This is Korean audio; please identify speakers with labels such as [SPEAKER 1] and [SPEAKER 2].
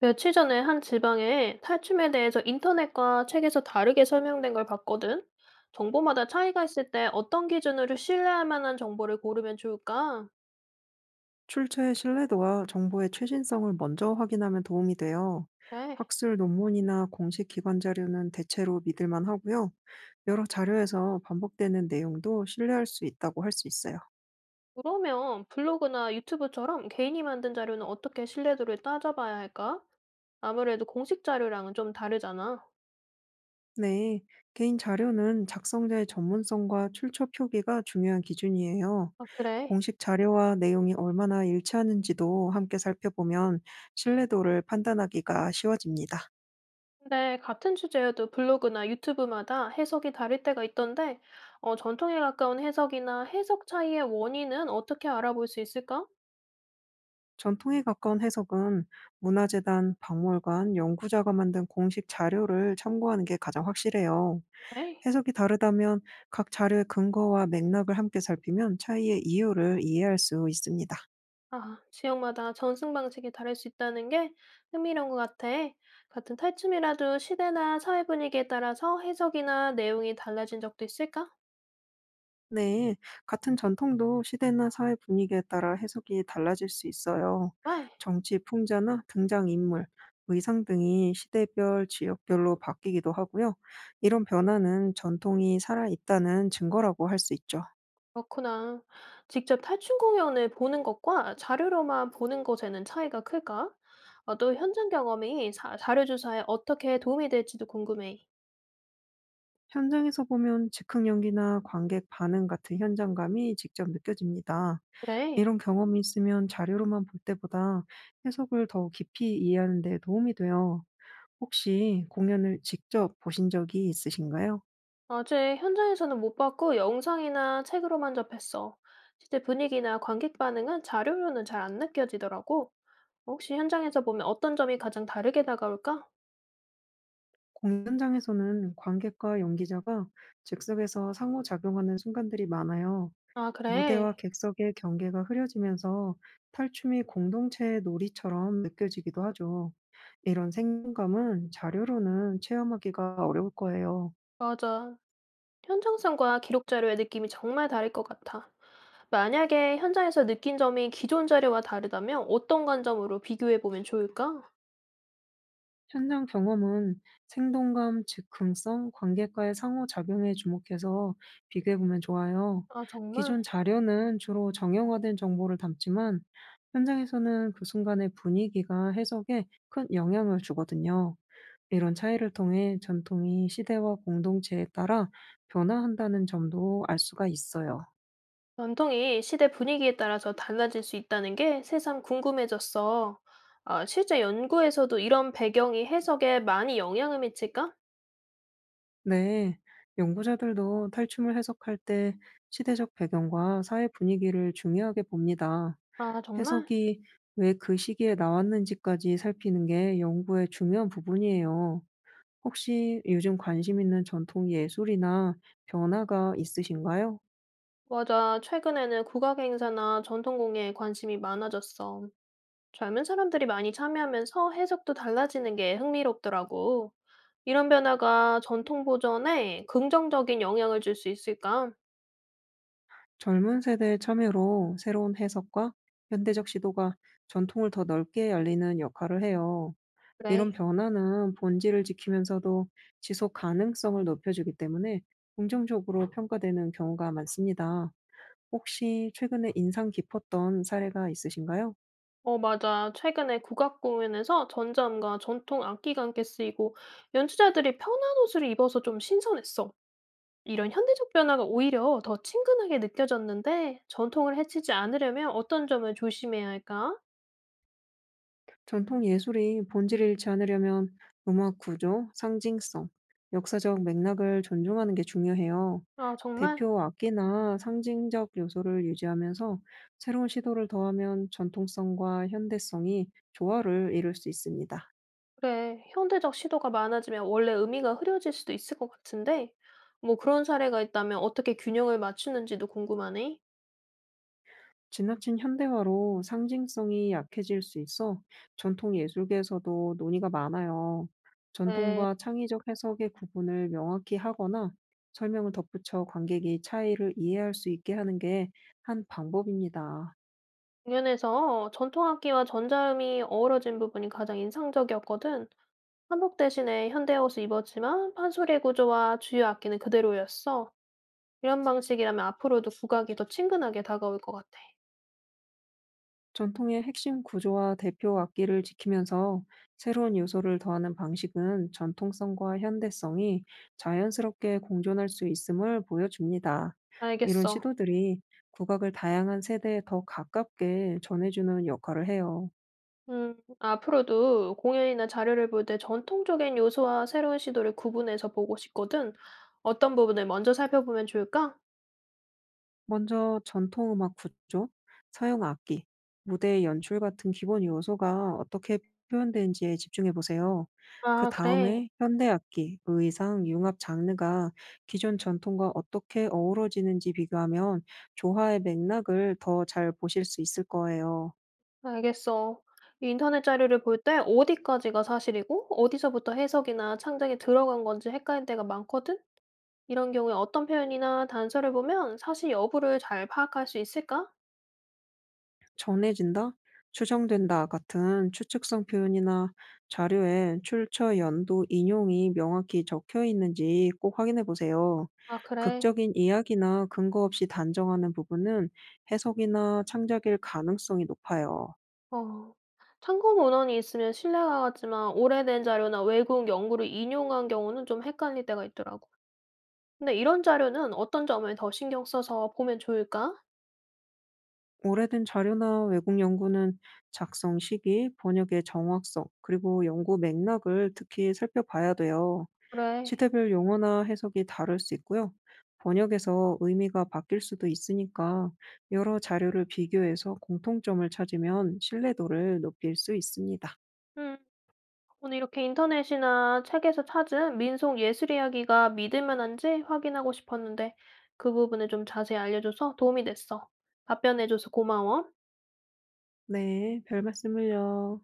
[SPEAKER 1] 며칠 전에 한 지방에 탈춤에 대해서 인터넷과 책에서 다르게 설명된 걸 봤거든. 정보마다 차이가 있을 때 어떤 기준으로 신뢰할 만한 정보를 고르면 좋을까?
[SPEAKER 2] 출처의 신뢰도와 정보의 최신성을 먼저 확인하면 도움이 돼요.
[SPEAKER 1] 네.
[SPEAKER 2] 학술 논문이나 공식 기관 자료는 대체로 믿을 만하고요. 여러 자료에서 반복되는 내용도 신뢰할 수 있다고 할 수 있어요.
[SPEAKER 1] 그러면 블로그나 유튜브처럼 개인이 만든 자료는 어떻게 신뢰도를 따져봐야 할까? 아무래도 공식 자료랑은 좀 다르잖아.
[SPEAKER 2] 네, 개인 자료는 작성자의 전문성과 출처 표기가 중요한 기준이에요.
[SPEAKER 1] 아, 그래.
[SPEAKER 2] 공식 자료와 내용이 얼마나 일치하는지도 함께 살펴보면 신뢰도를 판단하기가 쉬워집니다.
[SPEAKER 1] 근데 같은 주제여도 블로그나 유튜브마다 해석이 다를 때가 있던데, 전통에 가까운 해석이나 해석 차이의 원인은 어떻게 알아볼 수 있을까?
[SPEAKER 2] 전통에 가까운 해석은 문화재단, 박물관, 연구자가 만든 공식 자료를 참고하는 게 가장 확실해요.
[SPEAKER 1] 네.
[SPEAKER 2] 해석이 다르다면 각 자료의 근거와 맥락을 함께 살피면 차이의 이유를 이해할 수 있습니다.
[SPEAKER 1] 아, 지역마다 전승 방식이 다를 수 있다는 게 흥미로운 것 같아. 같은 탈춤이라도 시대나 사회 분위기에 따라서 해석이나 내용이 달라진 적도 있을까?
[SPEAKER 2] 네, 같은 전통도 시대나 사회 분위기에 따라 해석이 달라질 수 있어요.
[SPEAKER 1] 왜?
[SPEAKER 2] 정치 풍자나 등장인물, 의상 등이 시대별, 지역별로 바뀌기도 하고요. 이런 변화는 전통이 살아있다는 증거라고 할 수 있죠.
[SPEAKER 1] 그렇구나. 직접 탈춤 공연을 보는 것과 자료로만 보는 것에는 차이가 클까? 또 현장 경험이 자료 조사에 어떻게 도움이 될지도 궁금해.
[SPEAKER 2] 현장에서 보면 즉흥 연기나 관객 반응 같은 현장감이 직접 느껴집니다.
[SPEAKER 1] 그래.
[SPEAKER 2] 이런 경험이 있으면 자료로만 볼 때보다 해석을 더 깊이 이해하는 데 도움이 돼요. 혹시 공연을 직접 보신 적이 있으신가요?
[SPEAKER 1] 아직 현장에서는 못 봤고 영상이나 책으로만 접했어. 실제 분위기나 관객 반응은 자료로는 잘 안 느껴지더라고. 혹시 현장에서 보면 어떤 점이 가장 다르게 다가올까?
[SPEAKER 2] 공연 현장에서는 관객과 연기자가 즉석에서 상호작용하는 순간들이 많아요.
[SPEAKER 1] 아, 그래.
[SPEAKER 2] 무대와 객석의 경계가 흐려지면서 탈춤이 공동체의 놀이처럼 느껴지기도 하죠. 이런 생동감은 자료로는 체험하기가 어려울 거예요.
[SPEAKER 1] 맞아. 현장성과 기록 자료의 느낌이 정말 다를 것 같아. 만약에 현장에서 느낀 점이 기존 자료와 다르다면 어떤 관점으로 비교해 보면 좋을까?
[SPEAKER 2] 현장 경험은 생동감, 즉흥성, 관객과의 상호작용에 주목해서 비교해보면 좋아요.
[SPEAKER 1] 아, 정말?
[SPEAKER 2] 기존 자료는 주로 정형화된 정보를 담지만 현장에서는 그 순간의 분위기가 해석에 큰 영향을 주거든요. 이런 차이를 통해 전통이 시대와 공동체에 따라 변화한다는 점도 알 수가 있어요.
[SPEAKER 1] 전통이 시대 분위기에 따라서 달라질 수 있다는 게 새삼 궁금해졌어. 아, 실제 연구에서도 이런 배경이 해석에 많이 영향을 미칠까?
[SPEAKER 2] 네. 연구자들도 탈춤을 해석할 때 시대적 배경과 사회 분위기를 중요하게 봅니다.
[SPEAKER 1] 아, 정말?
[SPEAKER 2] 해석이 왜 그 시기에 나왔는지까지 살피는 게 연구의 중요한 부분이에요. 혹시 요즘 관심 있는 전통 예술이나 변화가 있으신가요?
[SPEAKER 1] 맞아. 최근에는 국악 행사나 전통 공예에 관심이 많아졌어. 젊은 사람들이 많이 참여하면서 해석도 달라지는 게 흥미롭더라고. 이런 변화가 전통 보전에 긍정적인 영향을 줄 수 있을까?
[SPEAKER 2] 젊은 세대의 참여로 새로운 해석과 현대적 시도가 전통을 더 넓게 열리는 역할을 해요.
[SPEAKER 1] 그래.
[SPEAKER 2] 이런 변화는 본질을 지키면서도 지속 가능성을 높여주기 때문에 긍정적으로 평가되는 경우가 많습니다. 혹시 최근에 인상 깊었던 사례가 있으신가요?
[SPEAKER 1] 어, 맞아. 최근에 국악공연에서 전자음과 전통 악기가 함께 쓰이고 연주자들이 편한 옷을 입어서 좀 신선했어. 이런 현대적 변화가 오히려 더 친근하게 느껴졌는데 전통을 해치지 않으려면 어떤 점을 조심해야 할까?
[SPEAKER 2] 전통 예술이 본질을 잃지 않으려면 음악 구조, 상징성, 역사적 맥락을 존중하는 게 중요해요.
[SPEAKER 1] 아, 정말?
[SPEAKER 2] 대표 악기나 상징적 요소를 유지하면서 새로운 시도를 더하면 전통성과 현대성이 조화를 이룰 수 있습니다.
[SPEAKER 1] 그래, 현대적 시도가 많아지면 원래 의미가 흐려질 수도 있을 것 같은데, 뭐 그런 사례가 있다면 어떻게 균형을 맞추는지도 궁금하네.
[SPEAKER 2] 지나친 현대화로 상징성이 약해질 수 있어 전통 예술계에서도 논의가 많아요.
[SPEAKER 1] 네,
[SPEAKER 2] 전통과 창의적 해석의 구분을 명확히 하거나 설명을 덧붙여 관객이 차이를 이해할 수 있게 하는 게 한 방법입니다.
[SPEAKER 1] 공연에서 전통악기와 전자음이 어우러진 부분이 가장 인상적이었거든. 한복 대신에 현대 옷을 입었지만 판소리의 구조와 주요 악기는 그대로였어. 이런 방식이라면 앞으로도 국악이 더 친근하게 다가올 것 같아.
[SPEAKER 2] 전통의 핵심 구조와 대표 악기를 지키면서 새로운 요소를 더하는 방식은 전통성과 현대성이 자연스럽게 공존할 수 있음을 보여줍니다. 이런
[SPEAKER 1] 알겠어.
[SPEAKER 2] 시도들이 국악을 다양한 세대에 더 가깝게 전해주는 역할을 해요.
[SPEAKER 1] 앞으로도 공연이나 자료를 볼 때 전통적인 요소와 새로운 시도를 구분해서 보고 싶거든. 어떤 부분을 먼저 살펴보면 좋을까?
[SPEAKER 2] 먼저 전통 음악 구조, 서양 악기, 무대 연출 같은 기본 요소가 어떻게 표현되는지에 집중해 보세요. 그
[SPEAKER 1] 아, 그래.
[SPEAKER 2] 다음에 현대 악기, 의상, 융합 장르가 기존 전통과 어떻게 어우러지는지 비교하면 조화의 맥락을 더 잘 보실 수 있을 거예요.
[SPEAKER 1] 알겠어. 이 인터넷 자료를 볼 때 어디까지가 사실이고, 어디서부터 해석이나 창작이 들어간 건지 헷갈릴 때가 많거든? 이런 경우에 어떤 표현이나 단서를 보면 사실 여부를 잘 파악할 수 있을까?
[SPEAKER 2] 전해진다, 추정된다 같은 추측성 표현이나 자료에 출처 연도 인용이 명확히 적혀 있는지 꼭 확인해 보세요.
[SPEAKER 1] 아, 그래.
[SPEAKER 2] 극적인 이야기나 근거 없이 단정하는 부분은 해석이나 창작일 가능성이 높아요.
[SPEAKER 1] 어. 참고 문헌이 있으면 신뢰가 가지만 오래된 자료나 외국 연구를 인용한 경우는 좀 헷갈릴 때가 있더라고. 근데 이런 자료는 어떤 점을 더 신경 써서 보면 좋을까?
[SPEAKER 2] 오래된 자료나 외국 연구는 작성 시기, 번역의 정확성, 그리고 연구 맥락을 특히 살펴봐야 돼요.
[SPEAKER 1] 그래.
[SPEAKER 2] 시대별 용어나 해석이 다를 수 있고요. 번역에서 의미가 바뀔 수도 있으니까 여러 자료를 비교해서 공통점을 찾으면 신뢰도를 높일 수 있습니다.
[SPEAKER 1] 음. 오늘 이렇게 인터넷이나 책에서 찾은 민속 예술 이야기가 믿을 만한지 확인하고 싶었는데 그 부분을 좀 자세히 알려줘서 도움이 됐어. 답변해줘서 고마워.
[SPEAKER 2] 네, 별 말씀을요.